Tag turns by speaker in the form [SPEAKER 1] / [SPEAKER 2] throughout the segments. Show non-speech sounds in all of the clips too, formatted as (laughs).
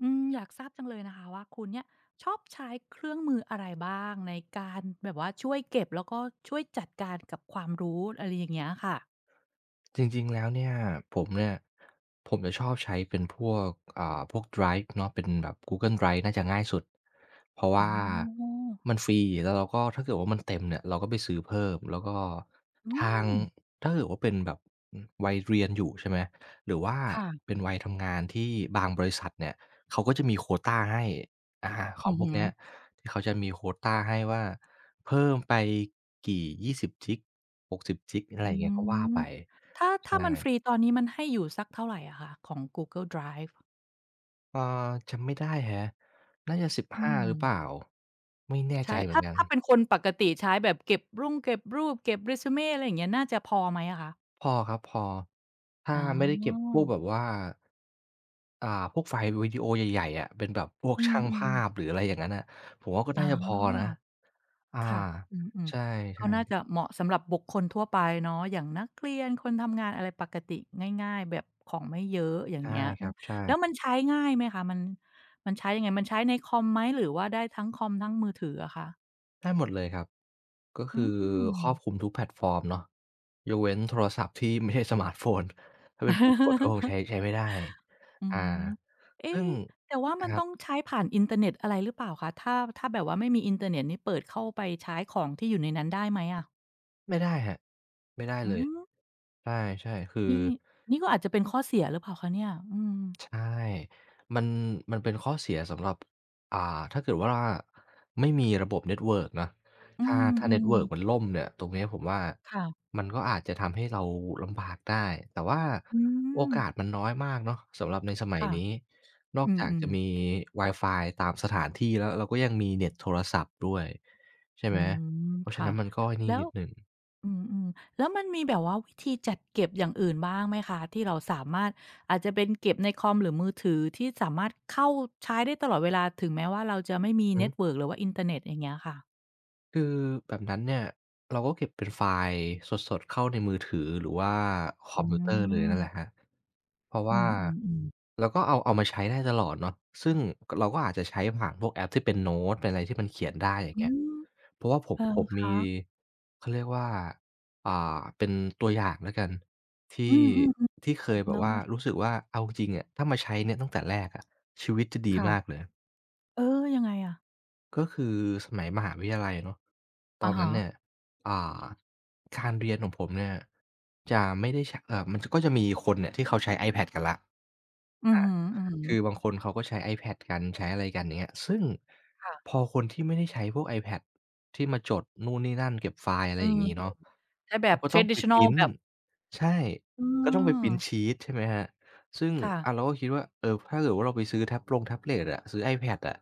[SPEAKER 1] อืมอยากทราบจังเลยนะคะว่าคุณเนี่ยชอบใช้เครื่องมืออะไรบ้างในการแบบว่าช่วยเก็บแล้วก็ช่วยจัดการกับความรู้อะไรอย่างเงี้ยค่ะ
[SPEAKER 2] จริงๆแล้วเนี่ยผมเนี่ยผมจะชอบใช้เป็นพวกพวก Drive เนาะเป็นแบบ Google Drive น่าจะง่ายสุด เพราะ
[SPEAKER 1] อ๋
[SPEAKER 2] ว่า
[SPEAKER 1] อ
[SPEAKER 2] มันฟรีแล้วเราก็ถ้าเกิดว่ามันเต็มเนี่ยเราก็ไปซื้อเพิ่ม แล้วก็
[SPEAKER 1] อื
[SPEAKER 2] ทาง
[SPEAKER 1] ม
[SPEAKER 2] ถ้าเกิดว่าเป็นแบบวัยเรียนอยู่ใช่ไหม หรือว่าเป็
[SPEAKER 1] ค่ะ
[SPEAKER 2] นวัยทำงานที่บางบริษัทเนี่ยเขาก็จะมีโควตาให้อาขอ
[SPEAKER 1] อื
[SPEAKER 2] ง
[SPEAKER 1] อ
[SPEAKER 2] พวก
[SPEAKER 1] ฮึ
[SPEAKER 2] เนี้ยที่เขาจะมีโควตาให้ว่าเพิ่มไปกี่20จิก60จิกอะไร
[SPEAKER 1] อื
[SPEAKER 2] อย่างเงี้ยก็ว่า
[SPEAKER 1] ม
[SPEAKER 2] ไป
[SPEAKER 1] ถ้า
[SPEAKER 2] ใช่
[SPEAKER 1] มันฟรีตอนนี้มันให้อยู่สักเท่าไรอะคะของ Google Drive
[SPEAKER 2] เอ่อจำไม่ได้แฮะน่าจะ
[SPEAKER 1] อื
[SPEAKER 2] 15หาหรือเปล่า
[SPEAKER 1] ม
[SPEAKER 2] ไม่แน่ใจ
[SPEAKER 1] ใช่
[SPEAKER 2] เหมือ
[SPEAKER 1] ถ้า
[SPEAKER 2] นกัน
[SPEAKER 1] เป็นคนปกติใช้แบบเก็บรุ่งเก็บรูปเก็บ resume อะไรอย่างเงี้ยน่าจะพอไหมอะคะ
[SPEAKER 2] พอครับพอถ้า
[SPEAKER 1] อ๋อ
[SPEAKER 2] ไม่ได้เก็บพวกแบบว่าพวกไฟล์วิดีโอใหญ่ๆอะเป็นแบบพวก
[SPEAKER 1] อื
[SPEAKER 2] ช่าง
[SPEAKER 1] ม
[SPEAKER 2] ภาพ
[SPEAKER 1] ๆ
[SPEAKER 2] หรืออะไรอย่างงั้นน่ะผมว่าก็
[SPEAKER 1] อ๋
[SPEAKER 2] น่าจะพอนะ
[SPEAKER 1] อ
[SPEAKER 2] อา
[SPEAKER 1] ค่ะอืม
[SPEAKER 2] ใช่
[SPEAKER 1] ๆก็น่าจะเหมาะสำหรับบุคคลทั่วไปเนาะอย่างนักเรียนคนทำงานอะไรปกติง่ายๆแบบของไม่เยอะอ
[SPEAKER 2] ๆ
[SPEAKER 1] ย่าง
[SPEAKER 2] ใช่
[SPEAKER 1] เงี้ย
[SPEAKER 2] ค
[SPEAKER 1] อื
[SPEAKER 2] รั
[SPEAKER 1] ม
[SPEAKER 2] บใช่
[SPEAKER 1] แล้วมันใช้ง่ายไหมคะมันใช้ยังไงมันใช้ในคอมไหมหรือว่าได้ทั้งคอมทั้งมือถืออะคะ
[SPEAKER 2] ได้หมดเลยครับก็
[SPEAKER 1] อื
[SPEAKER 2] คือค
[SPEAKER 1] ม
[SPEAKER 2] รอบคลุมทุกแพลตฟอร์มเนาะยกเว้นโทรศัพท์ที่ไม่ใช่สมาร์ตโฟนถ้าเป็นปุ่มกดก็คง
[SPEAKER 1] (laughs)
[SPEAKER 2] ใช้ไม่ได้
[SPEAKER 1] อื
[SPEAKER 2] อา
[SPEAKER 1] มเอ๊
[SPEAKER 2] ซึ่ง
[SPEAKER 1] แต่ว่ามัน
[SPEAKER 2] ครั
[SPEAKER 1] ต้
[SPEAKER 2] บ
[SPEAKER 1] องใช้ผ่านอินเทอร์เน็ตอะไรหรือเปล่าคะถ้าแบบว่าไม่มีอินเทอร์เน็ตนี่เปิดเข้าไปใช้ของที่อยู่ในนั้นได้ไหมอะ
[SPEAKER 2] ไม่ได้ครับไม่ได้
[SPEAKER 1] อื
[SPEAKER 2] เลย
[SPEAKER 1] ม
[SPEAKER 2] ใช่ๆคือ
[SPEAKER 1] นี่นี่ก็อาจจะเป็นข้อเสียหรือเปล่าคะเนี่ยอืม
[SPEAKER 2] ใช่มันมันเป็นข้อเสียสำหรับอ่าถ้าเกิดว่าไม่มีระบบเน็ตเวิร์กนะ
[SPEAKER 1] อื
[SPEAKER 2] ถ้าเน็
[SPEAKER 1] ม
[SPEAKER 2] ตเวิร์กมัน
[SPEAKER 1] ๆ
[SPEAKER 2] ล่มเนี่ยตรงเนี้ยผมว่า
[SPEAKER 1] ค่ะ
[SPEAKER 2] มันก็อาจจะทำให้เราลำบากได้แต่ว่า
[SPEAKER 1] อื
[SPEAKER 2] โอ
[SPEAKER 1] ม
[SPEAKER 2] กาสมันน้อยมากเนาะสำหรับในสมัย
[SPEAKER 1] ค่ะ
[SPEAKER 2] นี้นอ
[SPEAKER 1] อื
[SPEAKER 2] ก
[SPEAKER 1] ม
[SPEAKER 2] จาก
[SPEAKER 1] อืม
[SPEAKER 2] จะมีวายฟายตามสถานที่แล้วเราก็ยังมีเน็ตโทรศัพท์ด้วยใช่
[SPEAKER 1] อื
[SPEAKER 2] ไหม
[SPEAKER 1] ม
[SPEAKER 2] เพราะฉะ
[SPEAKER 1] ค่ะ
[SPEAKER 2] นั้นมันก็ไอ้นี่
[SPEAKER 1] แล้ว
[SPEAKER 2] นิดหนึ่ง
[SPEAKER 1] อืมอืม แล้วมันมีแบบว่าวิธีจัดเก็บอย่างอื่นบ้างไหมคะที่เราสามารถอาจจะเป็นเก็บในคอมหรือมือถือที่สามารถเข้าใช้ได้ตลอดเวลาถึงแม้ว่าเราจะไม่มี
[SPEAKER 2] อือฮึ
[SPEAKER 1] เน็ตเวิร์กหรือว่าอินเทอร์เน็ตอย่างเงี้ยค่ะ
[SPEAKER 2] คือแบบนั้นเนี่ยเราก็เก็บเป็นไฟล์สดๆเข้าในมือถือหรือว่าคอ
[SPEAKER 1] อื
[SPEAKER 2] มพิวเตอร์เลย
[SPEAKER 1] ม
[SPEAKER 2] นั่นแหละครับเพราะ
[SPEAKER 1] อื
[SPEAKER 2] ว่า
[SPEAKER 1] มๆๆ
[SPEAKER 2] เราก็เอามาใช้ได้ตลอดเนาะซึ่งกเราก็อาจจะใช้ผ่านพวกแอปที่เป็นโน้ตเป็นอะไรที่มันเขียนได้อย่าง
[SPEAKER 1] อื
[SPEAKER 2] เงี้ย
[SPEAKER 1] ม
[SPEAKER 2] เพราะว่าผ
[SPEAKER 1] เห
[SPEAKER 2] ม
[SPEAKER 1] รอ
[SPEAKER 2] ผม
[SPEAKER 1] ค
[SPEAKER 2] มี
[SPEAKER 1] ะ
[SPEAKER 2] เขาเรียกว่าอ่าเป็นตัวอย่างแล้วกันที่
[SPEAKER 1] อืม
[SPEAKER 2] ที่
[SPEAKER 1] ๆ
[SPEAKER 2] เคย
[SPEAKER 1] ๆ
[SPEAKER 2] แบบ
[SPEAKER 1] เล่า
[SPEAKER 2] ว่า
[SPEAKER 1] ให้
[SPEAKER 2] รู้สึกว่าเอาจริงๆอะถ้ามาใช้เนี่ยตั้งแต่แรกอะชีวิตจะดีมากเล
[SPEAKER 1] ค่ะ
[SPEAKER 2] ย
[SPEAKER 1] เออยังไงอะ
[SPEAKER 2] ก็คือสมัยมหาวิทยาลัยเนาะตอ
[SPEAKER 1] อะ
[SPEAKER 2] นนั้
[SPEAKER 1] ฮะ
[SPEAKER 2] นเนี่ยอ่าการเรียนของผมเนี่ยจะไม่ได้ใชมันก็จะมีคนเนี่ยที่เขาใช้ iPad กันแล้ว
[SPEAKER 1] อือฮึ
[SPEAKER 2] คือบา
[SPEAKER 1] ๆ
[SPEAKER 2] งคนเขาก็ใช้ iPad กันใช้อะไรกันอย่างเงี้ยซึ่งพ
[SPEAKER 1] ค่ะ
[SPEAKER 2] อคนที่ไม่ได้ใช้พวก iPad ที่มาจดนู่นนี่นั่นเก็บไฟล์อะ
[SPEAKER 1] เอ
[SPEAKER 2] ไรอย่างงี้
[SPEAKER 1] อ
[SPEAKER 2] เนาะ
[SPEAKER 1] ใช้แบ
[SPEAKER 2] เขา
[SPEAKER 1] บ
[SPEAKER 2] ก็ต้องไปพ
[SPEAKER 1] traditional
[SPEAKER 2] ริน
[SPEAKER 1] แบ
[SPEAKER 2] ต์
[SPEAKER 1] บ
[SPEAKER 2] ใช่
[SPEAKER 1] เออ
[SPEAKER 2] ก็ต้องไปพรินต์ชีตใช่ไหมครับซึ่ง
[SPEAKER 1] ค่ะ
[SPEAKER 2] เราก็คิดว่าเออถ้าเกิดว่าเราไปซื้อแท็บลงแท็บเล็ตอะซื้อ iPad อะ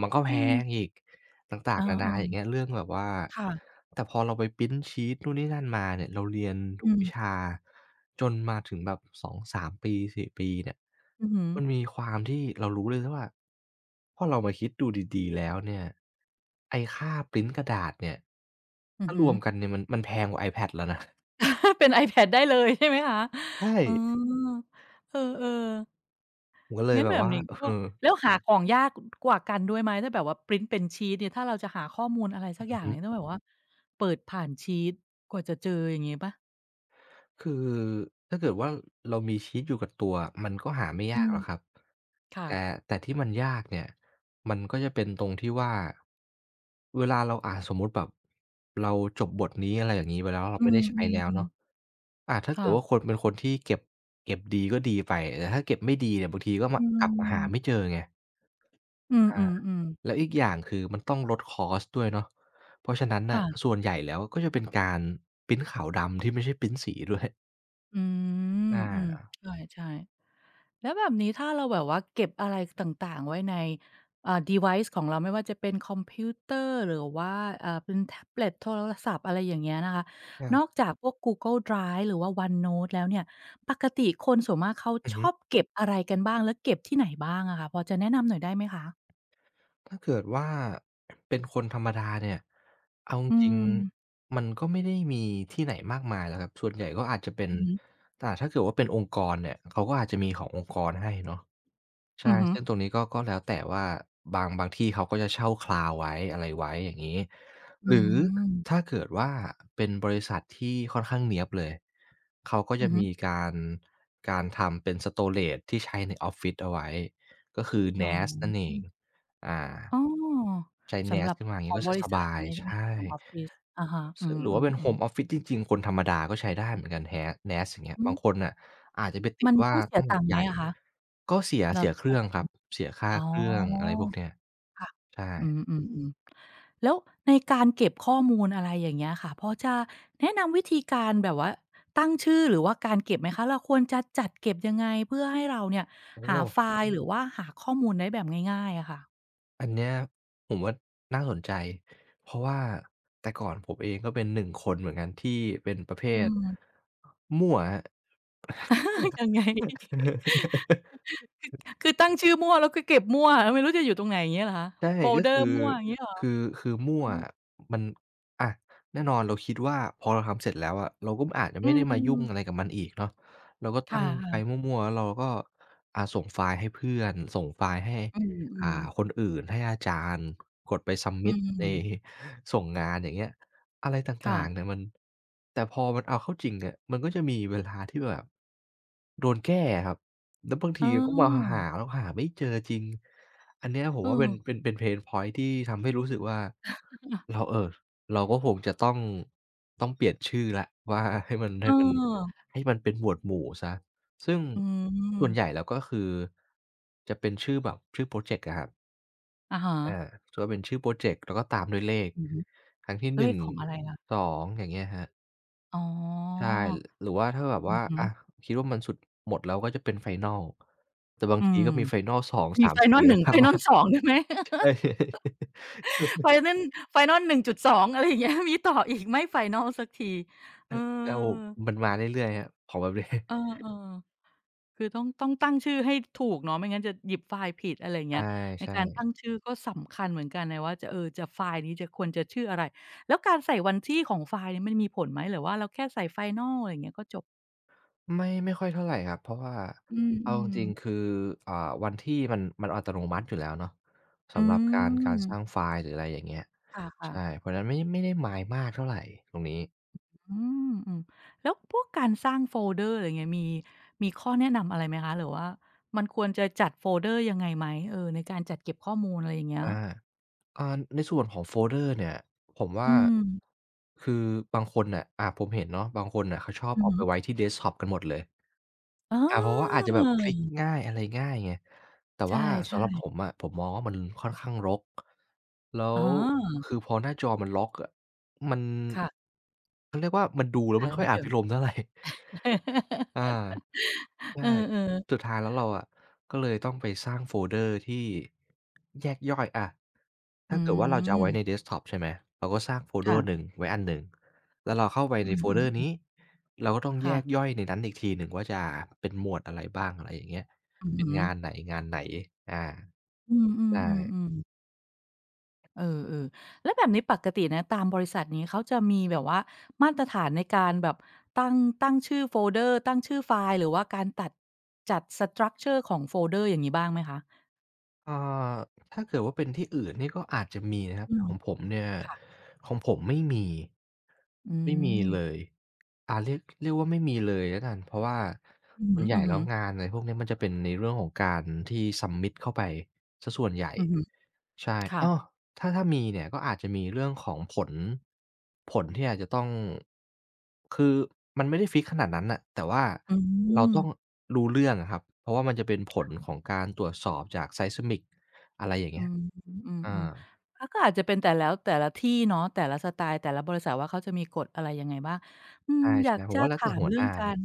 [SPEAKER 2] มันก็แพ
[SPEAKER 1] อืม
[SPEAKER 2] งอีก ต่า
[SPEAKER 1] เอ
[SPEAKER 2] ง
[SPEAKER 1] อ
[SPEAKER 2] ๆ นานาอย่างเงี้ยเรื่องแบบว่า
[SPEAKER 1] ๆค่ะ
[SPEAKER 2] แต่พอเราไปพรินต์ชีตนู่นนี่นั่นมาเนี่ย เราเรียนทุ
[SPEAKER 1] อื
[SPEAKER 2] กวิชา
[SPEAKER 1] ม
[SPEAKER 2] จนมาถึงแบบ2-3ปี4ปีเนี่ย
[SPEAKER 1] อือฮึ
[SPEAKER 2] มันมีความที่เรารู้เลยนะว่าพอเรามาคิดดูดีๆแล้วเนี่ยไอ้ค่าพรินต์กระดาษเนี่ย
[SPEAKER 1] อือ
[SPEAKER 2] ถ้า
[SPEAKER 1] ฮึ
[SPEAKER 2] รวมกันเนี่ยมันมันแพงกว่า iPad แล้วนะ
[SPEAKER 1] (laughs) เป็น iPad ได้เลยใช่ไหมคะ
[SPEAKER 2] ใช่
[SPEAKER 1] เออเออ
[SPEAKER 2] ผมก็เล
[SPEAKER 1] ๆ
[SPEAKER 2] ย
[SPEAKER 1] งั้น
[SPEAKER 2] แบ
[SPEAKER 1] แบ
[SPEAKER 2] บ
[SPEAKER 1] บ
[SPEAKER 2] ว่า
[SPEAKER 1] นี้
[SPEAKER 2] เอ
[SPEAKER 1] ก็
[SPEAKER 2] อ
[SPEAKER 1] แล้วหาของยากกว่ากันด้วยไหมถ้าแบบว่าพรินต์เป็นชีตเนี่ยถ้าเราจะหาข้อมูลอะไรสักอ
[SPEAKER 2] อือ
[SPEAKER 1] ย่าง
[SPEAKER 2] ฮึ
[SPEAKER 1] เนี่ยต้องแบบว่าเปิดผ่านชีตกว่าจะเจออย่างงี้เปล่า
[SPEAKER 2] คือถ้าเกิดว่าเรามีชีตอยู่กับตัวมันก็หาไม่
[SPEAKER 1] อื
[SPEAKER 2] ยาก
[SPEAKER 1] ม
[SPEAKER 2] หรอกครับ
[SPEAKER 1] ค่ะ
[SPEAKER 2] แต่ที่มันยากเนี่ยมันก็จะเป็นตรงที่ว่าเวลาเราอ่านสมมุติแบบเราจบบทนี้อะไรอย่างงี้ไปแล้วเรา
[SPEAKER 1] อื
[SPEAKER 2] ไม่ได้ใช้แล้ว
[SPEAKER 1] มๆ
[SPEAKER 2] เนาะ
[SPEAKER 1] ๆ
[SPEAKER 2] ถ้าเกิ
[SPEAKER 1] ค่ะ
[SPEAKER 2] ดว่าคนเป็นคนที่เก็บเก็บดีก็ดีไปแต่ถ้าเก็บไม่ดีเนี่ยบางทีก็มา
[SPEAKER 1] อื
[SPEAKER 2] กลับมาหาไม่
[SPEAKER 1] ม
[SPEAKER 2] เจอไง
[SPEAKER 1] อื
[SPEAKER 2] อา
[SPEAKER 1] มๆๆ
[SPEAKER 2] แล้วอีกอย่างคือมันต้องลดคอสต์ด้วยเนาะเพราะฉะนั้นน่ะ
[SPEAKER 1] ค่ะ
[SPEAKER 2] ส่วนใหญ่แล้วก็จะเป็นการพรินต์ขาวดำที่ไม่ใช่พรินต์สีด้วย
[SPEAKER 1] อืมอืม
[SPEAKER 2] อา
[SPEAKER 1] ใช่ๆ แล้วแบบนี้ถ้าเราแบบว่าเก็บอะไรต่างๆไว้ในdevice ของเราไม่ว่าจะเป็นคอมพิวเตอร์หรือว่าเป็นแท็บเล็ตโทรศัพท์อะไรอย่างเงี้ยนะคะ
[SPEAKER 2] ครั
[SPEAKER 1] นอก
[SPEAKER 2] บ
[SPEAKER 1] จากพวก Google Drive หรือว่า OneNote แล้วเนี่ยปกติคนส่วนมากเขา
[SPEAKER 2] อือ
[SPEAKER 1] ช
[SPEAKER 2] ฮึ
[SPEAKER 1] อบเก็บอะไรกันบ้างแล้วเก็บที่ไหนบ้างอะคะพอจะแนะนำหน่อยได้ไหมคะ
[SPEAKER 2] ถ้าเกิดว่าเป็นคนธรรมดาเนี่ย เอาจ
[SPEAKER 1] อื
[SPEAKER 2] ริง
[SPEAKER 1] ม
[SPEAKER 2] ๆมันก็ไม่ได้มีที่ไหนมากมายหรอกครับส่วนใหญ่ก็อาจจะเป็น
[SPEAKER 1] อือฮึ
[SPEAKER 2] แต่ถ้าเกิดว่าเป็นองค์กรเนี่ย เขาก็อาจจะมีขององค์กรให้เนาะ
[SPEAKER 1] อื
[SPEAKER 2] ใช่
[SPEAKER 1] อฮึ
[SPEAKER 2] ซึ่งตรงนี้ก็แล้วแต่ว่าบางที่เขาก็จะเช่า cloud ไว้อะไรไว้อย่างงี้
[SPEAKER 1] อื
[SPEAKER 2] หรือถ้า
[SPEAKER 1] ม
[SPEAKER 2] เกิดว่าเป็นบริษัทที่ค่อนข้างเนี๊ยบเลย เขาก็
[SPEAKER 1] อื
[SPEAKER 2] จะ
[SPEAKER 1] อฮึ
[SPEAKER 2] มีการทำเป็น storage ที่ใช้ในออฟฟิศเอาไว้ ก็คือ
[SPEAKER 1] อ๋อ
[SPEAKER 2] NAS นั่นเอง อ่า
[SPEAKER 1] อ๋อ
[SPEAKER 2] ใช้
[SPEAKER 1] สำห
[SPEAKER 2] NAS
[SPEAKER 1] รับ
[SPEAKER 2] ขึ้นมาอย่าง
[SPEAKER 1] ขอ
[SPEAKER 2] งี้
[SPEAKER 1] ง
[SPEAKER 2] ก็
[SPEAKER 1] บ
[SPEAKER 2] จะ
[SPEAKER 1] ริ
[SPEAKER 2] ส
[SPEAKER 1] ษัท
[SPEAKER 2] บา
[SPEAKER 1] อย่า
[SPEAKER 2] ย
[SPEAKER 1] งงี้ใช่ไหม
[SPEAKER 2] ใช่
[SPEAKER 1] คะของออฟฟิศอะฮะอื
[SPEAKER 2] ซึ่งหรือว่าเป็นโฮ
[SPEAKER 1] ม
[SPEAKER 2] ม
[SPEAKER 1] ๆ
[SPEAKER 2] ออฟ
[SPEAKER 1] ๆ
[SPEAKER 2] ฟิศจริงๆคนธรรมดาก็ใช้ได้เหมือนกัน NAS NAS อย่างเงี้ยบางคนน่ะ อาจจะไปติ
[SPEAKER 1] มั
[SPEAKER 2] ด
[SPEAKER 1] น
[SPEAKER 2] ว่า
[SPEAKER 1] ต้องเสี
[SPEAKER 2] ต้
[SPEAKER 1] ย
[SPEAKER 2] องแบ
[SPEAKER 1] ตัง
[SPEAKER 2] บ
[SPEAKER 1] ค์ไห
[SPEAKER 2] ให
[SPEAKER 1] ม
[SPEAKER 2] ญ่
[SPEAKER 1] อะคะ
[SPEAKER 2] ก็เสีย
[SPEAKER 1] เรา
[SPEAKER 2] เสีย
[SPEAKER 1] ที่
[SPEAKER 2] เค
[SPEAKER 1] เรา
[SPEAKER 2] รื่อง
[SPEAKER 1] จะ
[SPEAKER 2] ครับเสียค่า
[SPEAKER 1] อ๋อ
[SPEAKER 2] เครื่องอะไรพวกเนี้ย
[SPEAKER 1] ค่ะ
[SPEAKER 2] ใช่
[SPEAKER 1] อืมๆๆแล้วในการเก็บข้อมูลอะไรอย่างเงี้ยค่ะพอจะแนะนำวิธีการแบบว่าตั้งชื่อหรือว่าการเก็บไหมคะเราควรจะจัดเก็บยังไงเพื่อให้เราเนี่ย
[SPEAKER 2] โอ้
[SPEAKER 1] หาไฟล์หรือว่าหาข้อมูลได้แบบง่ายๆอะค่ะ
[SPEAKER 2] อันเนี้ยผมว่าน่าสนใจเพราะว่าแต่ก่อนผมเองก็เป็นหนึ่งคนเหมือนกันที่เป็นประเภ
[SPEAKER 1] อื
[SPEAKER 2] ท
[SPEAKER 1] ม
[SPEAKER 2] มั่ว
[SPEAKER 1] (laughs) ยังไง
[SPEAKER 2] ครับ
[SPEAKER 1] คือตั้งชื่อมั่วแล้วก็เก็บมั่วไม่รู้จะอยู่ตรงไหนอย่างเงี้ยเหรอคะ
[SPEAKER 2] ใช่
[SPEAKER 1] โฟล
[SPEAKER 2] ก็
[SPEAKER 1] เดอร์มั่วอย่างงี้เหรอ
[SPEAKER 2] คือคือมั่วอะมันอะแน่นอนเราคิดว่าพอเราทำเสร็จแล้วอะเราก็อาจจะ
[SPEAKER 1] อื
[SPEAKER 2] ไม่ได้มา
[SPEAKER 1] ม
[SPEAKER 2] ยุ่งอะ
[SPEAKER 1] ๆ
[SPEAKER 2] ไรกับมันอีกเนาะเราก็
[SPEAKER 1] ค่
[SPEAKER 2] ตั้งไป
[SPEAKER 1] ะ
[SPEAKER 2] มั่วๆแล้วเราก็ส่งไฟล์ให้เพื่อนส่งไฟล์ให้
[SPEAKER 1] ๆอื
[SPEAKER 2] อ่า
[SPEAKER 1] มๆ
[SPEAKER 2] คนอื่นให้อาจารย์กดไป
[SPEAKER 1] อื
[SPEAKER 2] submit ใน
[SPEAKER 1] ม
[SPEAKER 2] (laughs) ส่งงานอย่างเงี้ยอะไรต่า
[SPEAKER 1] ค่ะ
[SPEAKER 2] งๆเนี่ยมันแต่พอมันเอาเข้าจริงเนี่ยมันก็จะมีเวลาที่แบบ โดนแก้อะครับ แล้วบาง
[SPEAKER 1] เอ
[SPEAKER 2] ทีก็มาหา
[SPEAKER 1] อ
[SPEAKER 2] แล้วหาไม่เจอจริง อันเนี้ยผม
[SPEAKER 1] เอ
[SPEAKER 2] ว่าเป็น
[SPEAKER 1] อ
[SPEAKER 2] เป็นเป็นเพนพ็อยต์ที่ทำให้รู้สึกว่า
[SPEAKER 1] ค่ะ
[SPEAKER 2] เราเราก็คงจะต้องเปลี่ยนชื่อแล้วว่า (laughs) ให้มัน
[SPEAKER 1] เ
[SPEAKER 2] ให้มัน
[SPEAKER 1] ออ
[SPEAKER 2] ให้มันเป็นหมวดหมู่เสียซึ่ง
[SPEAKER 1] อื
[SPEAKER 2] ส่วนใหญ่
[SPEAKER 1] ม
[SPEAKER 2] แล้วก็คือจะเป็นชื่อแบบชื่อพรอเจกต์อะครับ
[SPEAKER 1] อะฮะ
[SPEAKER 2] อาจะเป็นชื่อพรอเจกต์แล้วก็ตามด้วยเลข
[SPEAKER 1] อือฮึ
[SPEAKER 2] ครั้งที่
[SPEAKER 1] เล
[SPEAKER 2] 1
[SPEAKER 1] ขของอะไรล่ะ
[SPEAKER 2] 2องอย่างเงี้ยครับ
[SPEAKER 1] อ๋อ
[SPEAKER 2] ใช่หรือว่าถ้าแบบ
[SPEAKER 1] อือ
[SPEAKER 2] ว่า
[SPEAKER 1] ฮึ
[SPEAKER 2] อะคิดว่ามันสุดหมดแล้วก็จะเป็น Final แต่บาง
[SPEAKER 1] อื
[SPEAKER 2] ที
[SPEAKER 1] ม
[SPEAKER 2] ก็มี Final 2
[SPEAKER 1] มี
[SPEAKER 2] 3 4
[SPEAKER 1] Final
[SPEAKER 2] ด้วย
[SPEAKER 1] 1
[SPEAKER 2] ซ้ำอะ
[SPEAKER 1] Final 2ด้วยไหม
[SPEAKER 2] ใช่ใช่ (laughs)
[SPEAKER 1] Final Final 1.2 (laughs) อะไรอย่างเงี้ย (laughs) มีต่ออีกไม่ Final สักทีเอ
[SPEAKER 2] โอ้
[SPEAKER 1] อ
[SPEAKER 2] มันมาเรื่อยๆครับของแบบนี้ (laughs)
[SPEAKER 1] เออๆคือต้องตั้งชื่อให้ถูกเนาะไม่งั้นจะหยิบไฟล์ผิดอะไรอย่างเงี้ยใน
[SPEAKER 2] ใช่
[SPEAKER 1] การตั้งชื่อก็สำคัญเหมือนกันนะว่าจะเออจะไฟล์นี้จะควรจะชื่ออะไร แล้วการใส่วันที่ของไฟล์เนี่ยมันมีผลไหมหรือว่าเราแค่ใส่ Final อะไรอย่างเงี้ยก็จบ
[SPEAKER 2] ๆไม่ค่อยเท่าไรครับเพราะว่า
[SPEAKER 1] อืมอื
[SPEAKER 2] เอาจ
[SPEAKER 1] ม
[SPEAKER 2] ริงๆคืออ่าวันที่มันอัตโนมัติอยู่แล้วเนาะ
[SPEAKER 1] อื
[SPEAKER 2] สำหรับการ
[SPEAKER 1] ม
[SPEAKER 2] สร้างไฟล์หรืออะไรอย่างเงี้ย
[SPEAKER 1] ค่ะ
[SPEAKER 2] ใช่เพราะฉะนั้นไม่ได้ mind มากเท่าไรตรงนี้
[SPEAKER 1] ๆอืมอืมแล้วพวกการสร้างโฟลเดอร์อะไรเงี้ยมีข้อแนะนำอะไรไหมคะหรือว่ามันควรจะจัดโฟลเดอร์ยังไงไหมเออในการจัดเก็บข้อมูลอะไรอย่างเงี้ย
[SPEAKER 2] อา อ่าในส่วนของโฟลเดอร์เนี่ยผมว่า
[SPEAKER 1] อืม
[SPEAKER 2] คือบางคนน่ะผมเห็นเนาะบางคนน่ะเขาชอบ
[SPEAKER 1] อือ
[SPEAKER 2] เอา
[SPEAKER 1] ฮึ
[SPEAKER 2] ไปไว้ที่เดสก์ท็อปกันหมดเลย
[SPEAKER 1] เอ
[SPEAKER 2] เพราะว่าอาจ
[SPEAKER 1] อ
[SPEAKER 2] จะแบบคลิกง่ายอะไรง่ายไงแต่
[SPEAKER 1] ใช
[SPEAKER 2] ว่าสำหรับ
[SPEAKER 1] ่
[SPEAKER 2] ผมอะผมมองว่ามันค่อนข้างรกแล้
[SPEAKER 1] ๆอ๋
[SPEAKER 2] ว
[SPEAKER 1] อ
[SPEAKER 2] คือพอหน้าจอมันร็อกอะมัน
[SPEAKER 1] ค่ะ
[SPEAKER 2] เขาเรียกว่ามันดูแล้ว
[SPEAKER 1] หาอะไร
[SPEAKER 2] ไม่ค่อย
[SPEAKER 1] ไม่
[SPEAKER 2] อา
[SPEAKER 1] เจอ
[SPEAKER 2] ภิรมย์เท่าไร (laughs) อา
[SPEAKER 1] (laughs) เอ
[SPEAKER 2] ใช่
[SPEAKER 1] อ
[SPEAKER 2] สุด
[SPEAKER 1] ๆ
[SPEAKER 2] ท้ายแล้วเราอะก็เลยต้องไปสร้างโฟลเดอร์ที่แยกย่อยอะ
[SPEAKER 1] อื
[SPEAKER 2] ถ้าเกิดว่าเราจะเอาไว้ใน
[SPEAKER 1] ม
[SPEAKER 2] เดสก์ท็อปใช่ไหม เราก็สร้างโฟลเดอร์หนึ่
[SPEAKER 1] ค่ะ
[SPEAKER 2] งไว้อันหนึ่ง แล้วเราเข้าไป
[SPEAKER 1] อื
[SPEAKER 2] ในโฟลเดอ
[SPEAKER 1] ม
[SPEAKER 2] ร์นี้
[SPEAKER 1] ๆ
[SPEAKER 2] เราก็ต้อง
[SPEAKER 1] ๆ
[SPEAKER 2] แย
[SPEAKER 1] ค่ะ
[SPEAKER 2] กย่อยในนั้นอีกทีหนึ่งว่าจะเป็นหมวดอะไรบ้างอะไรอย่างเงี้ย
[SPEAKER 1] อือ
[SPEAKER 2] เป็น
[SPEAKER 1] ฮึ
[SPEAKER 2] งานไหนงานไหนอา
[SPEAKER 1] อืม
[SPEAKER 2] ใช่
[SPEAKER 1] ๆๆๆ เออๆแล้วแบบนี้ปกตินะตามบริษัทนี้เขาจะมีแบบว่ามาตรฐานในการแบบตั้งตั้งชื่อโฟลเดอร์ตั้งชื่อไฟล์หรือว่าการตัดจัดสตรักเชอร์ของโฟลเดอร์อย่างงี้บ้างไหมคะ
[SPEAKER 2] อ่าถ้าเกิดว่าเป็นที่อื่นนี่ก็อาจจะมีนะครับ
[SPEAKER 1] อื
[SPEAKER 2] แต่
[SPEAKER 1] ม
[SPEAKER 2] ของผมเนี่ย
[SPEAKER 1] ค่ะ
[SPEAKER 2] ของผม
[SPEAKER 1] อื
[SPEAKER 2] ไม่มี
[SPEAKER 1] ม
[SPEAKER 2] เลยเรียกว่าไม่มีเลยแล้วกันเพราะว่า
[SPEAKER 1] อื
[SPEAKER 2] ส่วนใหญ่
[SPEAKER 1] อ
[SPEAKER 2] แล้
[SPEAKER 1] ฮึ
[SPEAKER 2] ว
[SPEAKER 1] ๆ
[SPEAKER 2] งานอะไรพวกเนี้ยมันจะเป็นในเรื่องของการที่ submit เข้าไปเสียส่วนใหญ่
[SPEAKER 1] อือฮึ
[SPEAKER 2] ใช่
[SPEAKER 1] ค่ะ
[SPEAKER 2] อ้อ ถ้าถ้ามีเนี่ยก็อาจจะมีเรื่องของผลที่อาจจะต้องคือมันไม่ได้ฟิกซ์ขนาดนั้นน่ะแต่ว่า
[SPEAKER 1] อื
[SPEAKER 2] เรา
[SPEAKER 1] ม
[SPEAKER 2] ต้องรู้เรื่องอะครับเพราะว่ามันจะเป็นผลของการตรวจสอบจาก Seismic อะไรอย่าง
[SPEAKER 1] อื
[SPEAKER 2] เงี้ย
[SPEAKER 1] มอืม
[SPEAKER 2] อา
[SPEAKER 1] ๆอาก็อาจจะเป็นแต่แล้วแต่ละที่เนาะแต่ละสไตล์แต่ละบริษัทว่าเขาจะมีกฎอะไรยังไงบ้างอืม
[SPEAKER 2] ใช่
[SPEAKER 1] อยาก
[SPEAKER 2] ๆผม
[SPEAKER 1] จะ
[SPEAKER 2] ว่าแล้วแต่
[SPEAKER 1] ถาม
[SPEAKER 2] หัวห
[SPEAKER 1] เรื่อง
[SPEAKER 2] น้า
[SPEAKER 1] กา
[SPEAKER 2] นะ
[SPEAKER 1] ร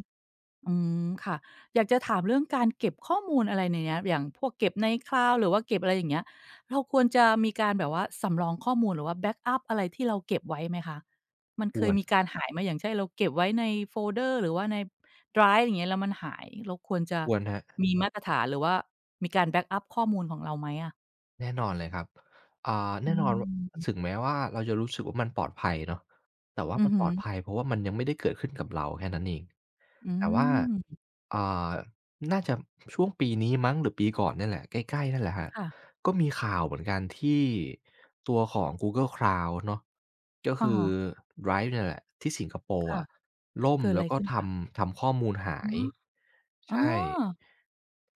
[SPEAKER 1] อืมค่ะอยากจะถามเรื่องการเก็บข้อมูลอะไรในเนี้ยอย่างพวกเก็บใน Cloud หรือว่าเก็บอะไรอย่างเงี้ยเราควรจะมีการแบบว่าสำรองข้อมูลหรือว่าแบ็กอัปอะไรที่เราเก็บไว้ไหมคะมัน
[SPEAKER 2] ค
[SPEAKER 1] เค
[SPEAKER 2] ว
[SPEAKER 1] ย
[SPEAKER 2] ร
[SPEAKER 1] มีการหายไหมอย่างเช่นเราเก็บไว้ในโฟลเดอร์หรือว่าในไดรฟ์อย่างเงี้ยแล้วมันหายเราควรจะ
[SPEAKER 2] ควรครับ
[SPEAKER 1] มีมาตรฐานหรือว่ามีการแบ็กอัปข้อมูลของเราไหมอะ
[SPEAKER 2] แน่นอนเลยครับอ่า
[SPEAKER 1] อื
[SPEAKER 2] แน่นอนว
[SPEAKER 1] ม
[SPEAKER 2] ถึงแม้ว่าเราจะรู้สึกว่ามันปลอดภัยเนาะแต่ว่า
[SPEAKER 1] อือ
[SPEAKER 2] มันป
[SPEAKER 1] ฮึ
[SPEAKER 2] ลอดภัยเพราะว่ามันยังไม่ได้เกิดขึ้นกับเราแค่นั้นเอง
[SPEAKER 1] อื
[SPEAKER 2] แต่ว่า
[SPEAKER 1] ม
[SPEAKER 2] อ่าน่าจะช่วงปีนี้มั้งหรือปีก่อนเนี่ยแหละใกล้ๆนั่นแหละครับ
[SPEAKER 1] ค่ะ
[SPEAKER 2] ก็มีข่าวเหมือนกันที่ตัวของ Google Cloud เนาะก็
[SPEAKER 1] อะ
[SPEAKER 2] คือ
[SPEAKER 1] ฮะ
[SPEAKER 2] Drive เนี่ยแหละที่สิงคโปร์
[SPEAKER 1] ค่ะ
[SPEAKER 2] อะล่ม
[SPEAKER 1] เกิดอะ
[SPEAKER 2] แล้
[SPEAKER 1] ไร
[SPEAKER 2] วก็
[SPEAKER 1] ขึ้น
[SPEAKER 2] ท
[SPEAKER 1] คะ
[SPEAKER 2] ำทำข้อมูลหา
[SPEAKER 1] อ๋อ
[SPEAKER 2] ย
[SPEAKER 1] อ๋อ
[SPEAKER 2] ใช่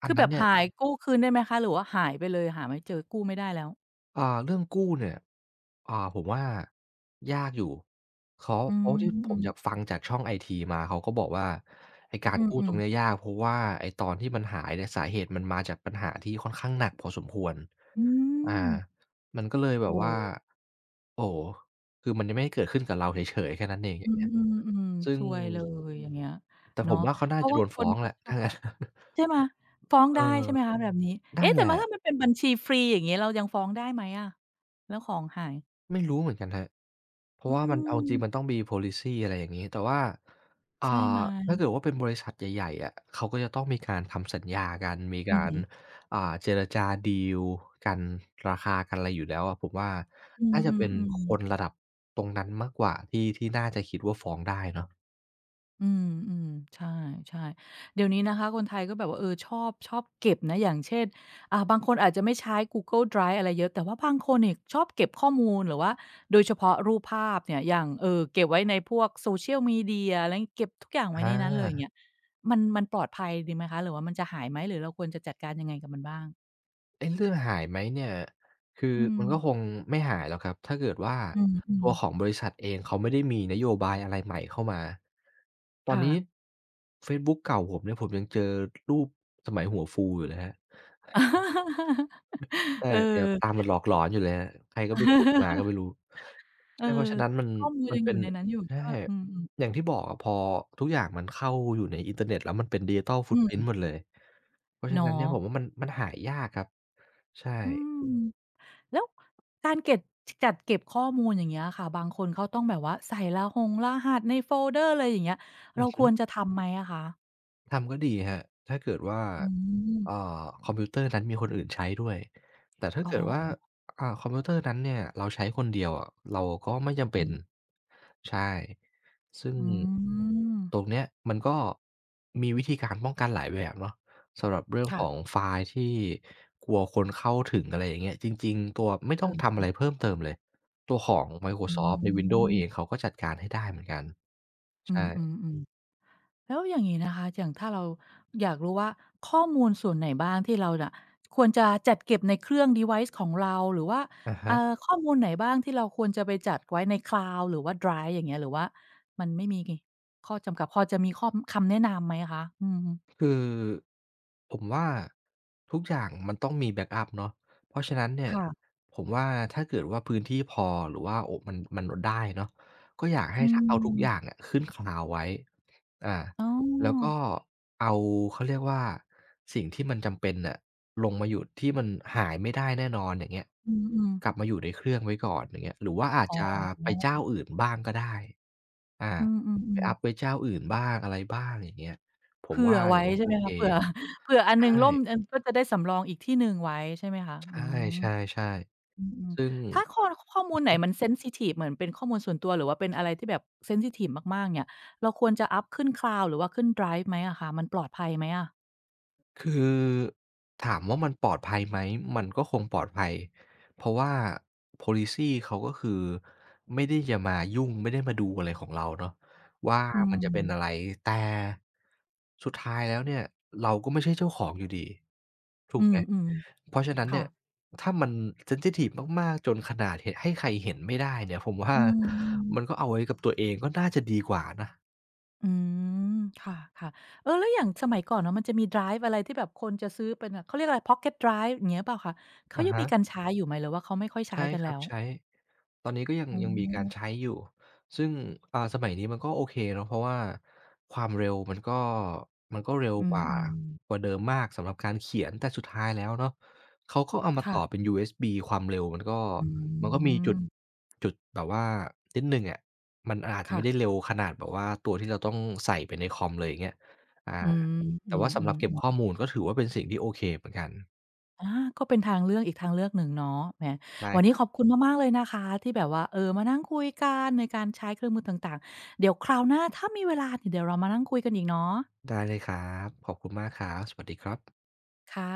[SPEAKER 2] อั
[SPEAKER 1] คื
[SPEAKER 2] น
[SPEAKER 1] อแบ
[SPEAKER 2] นั้น
[SPEAKER 1] บ
[SPEAKER 2] เนี่ย
[SPEAKER 1] หายกู้คืนได้ไหมคะหรือว่าหายไปเลยหาไม่เจอกู้ไม่ได้แล้ว
[SPEAKER 2] เรื่องกู้เนี่ยผมว่ายากอยู่เขา
[SPEAKER 1] อื
[SPEAKER 2] เพราะที่ผมอยาก
[SPEAKER 1] ม
[SPEAKER 2] ฟังจากช่องไอทีมาเขาก็บอกว่าไอ้กา
[SPEAKER 1] อื
[SPEAKER 2] ร
[SPEAKER 1] ม
[SPEAKER 2] กู้
[SPEAKER 1] อื
[SPEAKER 2] ต
[SPEAKER 1] ม
[SPEAKER 2] รง
[SPEAKER 1] ๆ
[SPEAKER 2] เนี้ยยากเพราะว่าไอ้ตอนที่มันหายเนี่ยสาเหตุมันมาจากปัญหาที่ค่อนข้างหนักพอสมควร
[SPEAKER 1] อื
[SPEAKER 2] อา
[SPEAKER 1] ม
[SPEAKER 2] มันก็เลยแบบ
[SPEAKER 1] โอ้
[SPEAKER 2] ว่า
[SPEAKER 1] โฮ
[SPEAKER 2] โอ้โฮคือมันยังไม่ได้เกิดขึ้นกับเราเฉยๆแค่นั้นเองอ
[SPEAKER 1] อื
[SPEAKER 2] ย่างเงี้ย
[SPEAKER 1] มๆ
[SPEAKER 2] ซึ่
[SPEAKER 1] ๆซ
[SPEAKER 2] ง
[SPEAKER 1] วยเลยอย่างเงี้ย
[SPEAKER 2] แต่ผ
[SPEAKER 1] เนาะ
[SPEAKER 2] มว่าเขา
[SPEAKER 1] เพ
[SPEAKER 2] น่า
[SPEAKER 1] ราะ
[SPEAKER 2] จะ
[SPEAKER 1] ว่า
[SPEAKER 2] โดน
[SPEAKER 1] ค
[SPEAKER 2] ฟ้
[SPEAKER 1] น
[SPEAKER 2] อง
[SPEAKER 1] ก็
[SPEAKER 2] แหละ
[SPEAKER 1] ช
[SPEAKER 2] (laughs)
[SPEAKER 1] อบ
[SPEAKER 2] ถ้างั้น
[SPEAKER 1] คิดใช่ไหมฟ้อง
[SPEAKER 2] เอ
[SPEAKER 1] ได้
[SPEAKER 2] อ
[SPEAKER 1] ใช่ไหมคะแบบนี้
[SPEAKER 2] นั่
[SPEAKER 1] เอ๊ะ
[SPEAKER 2] นแห
[SPEAKER 1] แต่
[SPEAKER 2] ละ
[SPEAKER 1] ว่าถ้ามันเป็นบัญชีฟรีอย่างงี้เรายังฟ้องได้ไหมอะแล้วของหาย
[SPEAKER 2] ไม่รู้เหมือนกันครับเพ
[SPEAKER 1] อื
[SPEAKER 2] ราะว่ามันเอาจริงมัน
[SPEAKER 1] ม
[SPEAKER 2] ต้องมี policy อะไรอย่างงี้แต่ว่าอ่
[SPEAKER 1] ใช่ไหม
[SPEAKER 2] าถ้าเกิดว่าเป็นบริษัทใหญ่ๆอะเขาก็จะต้องมีการทำสัญญากัน มี
[SPEAKER 1] อือ
[SPEAKER 2] การ
[SPEAKER 1] ฮึ
[SPEAKER 2] เจรจาดีลกันราคากันอะไรอยู่แล้วอะผมว่า
[SPEAKER 1] อื
[SPEAKER 2] น่าจะเป็น
[SPEAKER 1] ม
[SPEAKER 2] ค
[SPEAKER 1] ๆ
[SPEAKER 2] น
[SPEAKER 1] ๆ
[SPEAKER 2] ระดับตรงนั้นมากกว่าที่น่าจะคิดว่าฟ้องได้เนาะ
[SPEAKER 1] อืมอืมใช่ๆเดี๋ยวนี้นะคะคนไทยก็แบบว่าเออชอบชอบเก็บนะอย่างเช่นบางคนอาจจะไม่ใช้ Google Drive อะไรเยอะแต่ว่าบางคนเนี่ยชอบเก็บข้อมูลหรือว่าโดยเฉพาะรูปภาพเนี่ยอย่างเก็บไว้ในพวก Social Media อะไรงี้เก็บทุกอย่างไว้
[SPEAKER 2] อา
[SPEAKER 1] ในนั้นเลยอย่างเงี้ยมันมันปลอดภัยดีไหมคะหรือว่ามันจะหายไหมหรือเราควรจะจัดการยังไงกับมันบ้าง
[SPEAKER 2] ไอ้เรื่องหายไหมเนี่ย คือ
[SPEAKER 1] อืม
[SPEAKER 2] มันก็คงไม่หายหรอกครับ ถ้าเกิดว่า
[SPEAKER 1] อืม
[SPEAKER 2] ตัวของ
[SPEAKER 1] ๆ
[SPEAKER 2] บริษัทเองเขาไม่ได้มีนโยบายอะไรใหม่เข้ามา ตอน
[SPEAKER 1] ค่ะ
[SPEAKER 2] นี้เฟซบุ๊กเก่าผมเนี่ยผมยังเจอรูปสมัยหัวฟูอยู่เลยครับ
[SPEAKER 1] (laughs)
[SPEAKER 2] แต่
[SPEAKER 1] เออ
[SPEAKER 2] ครับตามมันหลอกหลอนอยู่เลยครับใครก็ไปขุดมาก็
[SPEAKER 1] (laughs)
[SPEAKER 2] ไม่รู้
[SPEAKER 1] เออ
[SPEAKER 2] ใช่เพราะฉะนั้นมัน
[SPEAKER 1] ข้อมูล
[SPEAKER 2] มัน
[SPEAKER 1] ยังอ
[SPEAKER 2] เป็
[SPEAKER 1] ยู่
[SPEAKER 2] น
[SPEAKER 1] ในนั้นอยู่
[SPEAKER 2] ใช่
[SPEAKER 1] ใช่เปล่าอืม
[SPEAKER 2] อย่างที่บอกอะพอทุกอย่างมันเข้าอยู่ในอินเทอร์เน็ตแล้วมันเป็น Digital
[SPEAKER 1] ๆอื
[SPEAKER 2] Footprint
[SPEAKER 1] ม
[SPEAKER 2] หมดเลยเพราะฉะนั้น
[SPEAKER 1] เนาะ
[SPEAKER 2] เนี่ยผมว่ามันหายยากครับใช่
[SPEAKER 1] อืม แล้วการเก็บจัดเก็บข้อมูลอย่างเงี้ยค่ะ บางคนเขาต้องแบบว่าใส่รหงรหัสในโฟลเดอร์อะไรอย่างเงี้ย
[SPEAKER 2] อื
[SPEAKER 1] เรา
[SPEAKER 2] อ
[SPEAKER 1] ค
[SPEAKER 2] ฮึ
[SPEAKER 1] วรจะทำไหมอะคะ
[SPEAKER 2] ทำก็ดีครับถ้าเกิดว่า
[SPEAKER 1] อืม
[SPEAKER 2] อ่คอมพิวเตอร์นั้นมีคนอื่นใช้ด้วย แต่ถ้า
[SPEAKER 1] อ๋
[SPEAKER 2] เกิดว่า
[SPEAKER 1] อ
[SPEAKER 2] คอมพิวเตอร์นั้นเนี่ยเราใช้คนเดียวอะเราก็ไม่จำ
[SPEAKER 1] อือฮึ
[SPEAKER 2] เป็นใช่ซึ่ง
[SPEAKER 1] อืม
[SPEAKER 2] ตรงเนี้ยมันก็มีวิธีการป้องกันหลายแบบเนาะสำหรับเรื่องของ
[SPEAKER 1] ค่ะ
[SPEAKER 2] ไฟล์ที่กลัวคนเข้าถึงอะไรอย่างเงี้ยจริงๆตัวไม่ต้องทำ
[SPEAKER 1] เออ
[SPEAKER 2] อะไรเพิ่มเติมเลย ตัวของ
[SPEAKER 1] อื
[SPEAKER 2] Microsoft ใน Windows เอง
[SPEAKER 1] ม
[SPEAKER 2] เขาก็จัดการให้ได้เหมือนกัน
[SPEAKER 1] อื
[SPEAKER 2] ใช่
[SPEAKER 1] มๆๆ แล้วอย่างนี้นะคะอย่างถ้าเราอยากรู้ว่าข้อมูลส่วนไหนบ้างที่เราน่ะควรจะจัดเก็บในเครื่อง device ของเราหรือว่า
[SPEAKER 2] อะ
[SPEAKER 1] เอ่
[SPEAKER 2] ฮะ
[SPEAKER 1] อข้อมูลไหนบ้างที่เราควรจะไปจัดไว้ในคลาวด์หรือว่าไดรฟ์อย่างเงี้ยหรือว่ามันไม่มีข้อจำกัดพอจะมีข้อคำแนะนำไหมคะอืม
[SPEAKER 2] คือผมว่าทุกอย่างมันต้องมีแบ็กอัปเนาะเพราะฉะนั้นเนี่ย
[SPEAKER 1] ค่ะ
[SPEAKER 2] ผมว่าถ้าเกิดว่าพื้นที่พอหรือว่าโอ้มันลดได้เนาะก็อยากให้
[SPEAKER 1] อื
[SPEAKER 2] ทเอาทุกอย่าง
[SPEAKER 1] ม
[SPEAKER 2] อะขึ้น Cloud ไว้อ่า
[SPEAKER 1] อ๋อ
[SPEAKER 2] แล้วก็เอาเขาเรียกว่าสิ่งที่มันจำเป็นน่ะลงมาอยู่ที่มันหายไม่ได้แน่นอนอย่างเงี้ย
[SPEAKER 1] อืม
[SPEAKER 2] กลับ
[SPEAKER 1] ๆ
[SPEAKER 2] มาอยู่ในเครื่องไว้ก่อนอย่างเงี้ยหรือว่าอาจ
[SPEAKER 1] อ๋
[SPEAKER 2] จะ
[SPEAKER 1] อ
[SPEAKER 2] ไปเจ้าอื่นบ้างก็ได้อา
[SPEAKER 1] อื
[SPEAKER 2] ไป
[SPEAKER 1] ม
[SPEAKER 2] อัป
[SPEAKER 1] ๆๆ
[SPEAKER 2] ไว้เจ้าอื่นบ้างอะไรบ้างอย่างเงี้ย ผม
[SPEAKER 1] เผื่อ
[SPEAKER 2] ว่าอ
[SPEAKER 1] ไว้
[SPEAKER 2] ย่างนั้น
[SPEAKER 1] ใช่
[SPEAKER 2] โอ
[SPEAKER 1] ไหม
[SPEAKER 2] เค
[SPEAKER 1] คะเผื่อเผื่ออันห
[SPEAKER 2] ใช่
[SPEAKER 1] นึ่งล่มอันก็จะได้สำรองอีกที่หนึ่งไว้ใช่ไหมคะอืม
[SPEAKER 2] ใช่ๆ
[SPEAKER 1] อืม
[SPEAKER 2] ๆซึ่ง
[SPEAKER 1] ถ้าข้อมูลไหนมันเซนซิทิฟเหมือนเป็นข้อมูลส่วนตัวหรือว่าเป็นอะไรที่แบบเซนซิทิฟมากๆเนี่ยเราควรจะอัปขึ้น Cloud หรือว่าขึ้นไดรฟ์ไหมอะคะมันปลอดภัยไหมอะ
[SPEAKER 2] คือถามว่ามันปลอดภัยไหมมันก็คงปลอดภัยเพราะว่า Policy เขาก็คือไม่ได้จะมายุ่งไม่ได้มาดูอะไรของเราเนาะว่า
[SPEAKER 1] อื
[SPEAKER 2] มันจะเป็นอะไร
[SPEAKER 1] ม
[SPEAKER 2] แต่สุดท้ายแล้วเนี่ยเราก็ไม่ใช่เจ้าของอยู่ดีถู
[SPEAKER 1] อื
[SPEAKER 2] กไหม
[SPEAKER 1] ม
[SPEAKER 2] เพราะฉะนั้
[SPEAKER 1] ๆ
[SPEAKER 2] น
[SPEAKER 1] ค่ะ
[SPEAKER 2] เนี่ยถ้ามันเซนซิทิฟมากๆจนขนาดหให้ใครเห็นไม่ได้เนี่ยผมว่า
[SPEAKER 1] อื
[SPEAKER 2] มันก็
[SPEAKER 1] ม
[SPEAKER 2] เอาไว้กับตัวเองก็น่าจะดีกว่านะ
[SPEAKER 1] อืมค่ะๆเออแล้วอย่างสมัยก่อนเนาะมันจะมีไดรฟ์อะไรที่แบบคนจะซื้อเป็นแบบเขาเรียกอะไรพ็อกเก็ตไดรฟ์อย่างเงี้ยเปล่าคะเขา
[SPEAKER 2] อะ
[SPEAKER 1] ยังมี
[SPEAKER 2] ฮะ
[SPEAKER 1] กันใช้อยู่ไหมหรือว่าเขาไม่ค่อยใช้
[SPEAKER 2] ใช่
[SPEAKER 1] กัน
[SPEAKER 2] ครั
[SPEAKER 1] แล้
[SPEAKER 2] บ
[SPEAKER 1] ว
[SPEAKER 2] ใช้ ตอนนี้ก็ยัง
[SPEAKER 1] อ๋
[SPEAKER 2] ยังมีการใช้
[SPEAKER 1] อ
[SPEAKER 2] อยู่ซึ่งสมัยนี้มันก็โอเคเนาะเพราะว่าความเร็วมันก็เร็ว
[SPEAKER 1] อื
[SPEAKER 2] กว่า
[SPEAKER 1] ม
[SPEAKER 2] ก
[SPEAKER 1] ๆ
[SPEAKER 2] ว่าเดิมมากสำหรับการเขียนแต่สุดท้ายแล้วเนาะเขาก็เอามาต่อเป็
[SPEAKER 1] ค่ะ
[SPEAKER 2] น USB ความเร็วมันก็
[SPEAKER 1] อื
[SPEAKER 2] มันก็มีจุ
[SPEAKER 1] ม
[SPEAKER 2] ดจุดแบบว่านิดหนึ่งอะมันอาจจะไม่ได้
[SPEAKER 1] ค่ะ
[SPEAKER 2] เร็วขนาดแบบว่าตัวที่เราต้องใส่ไปในคอมเลยอย่างเงี้ยอา
[SPEAKER 1] อืมอื
[SPEAKER 2] แต่ว่าสำหรับเก็บ
[SPEAKER 1] อๆ
[SPEAKER 2] ข้อ
[SPEAKER 1] ๆ
[SPEAKER 2] มูลก็ถือว่าเป็นสิ่งที่โอเคเหมือนกัน
[SPEAKER 1] อาก็เป็นทางเลือกอีกทางเลือกหนึ่งเนาะแหม
[SPEAKER 2] ได้
[SPEAKER 1] วัน
[SPEAKER 2] ค
[SPEAKER 1] นี้
[SPEAKER 2] รั
[SPEAKER 1] ข
[SPEAKER 2] บ
[SPEAKER 1] อบคุณมากๆเลยนะคะที่แบบว่าเออมานั่งคุยกันในการใช้เครื่องมือต่างๆ เดี๋ยวคราวหน้าถ้ามีเวลาเนี่ยเดี๋ยวเรามานั่งคุยกันอีกเนาะ
[SPEAKER 2] ได้เลยครับขอบคุณมากครับสวัสดีครับ
[SPEAKER 1] ค่ะ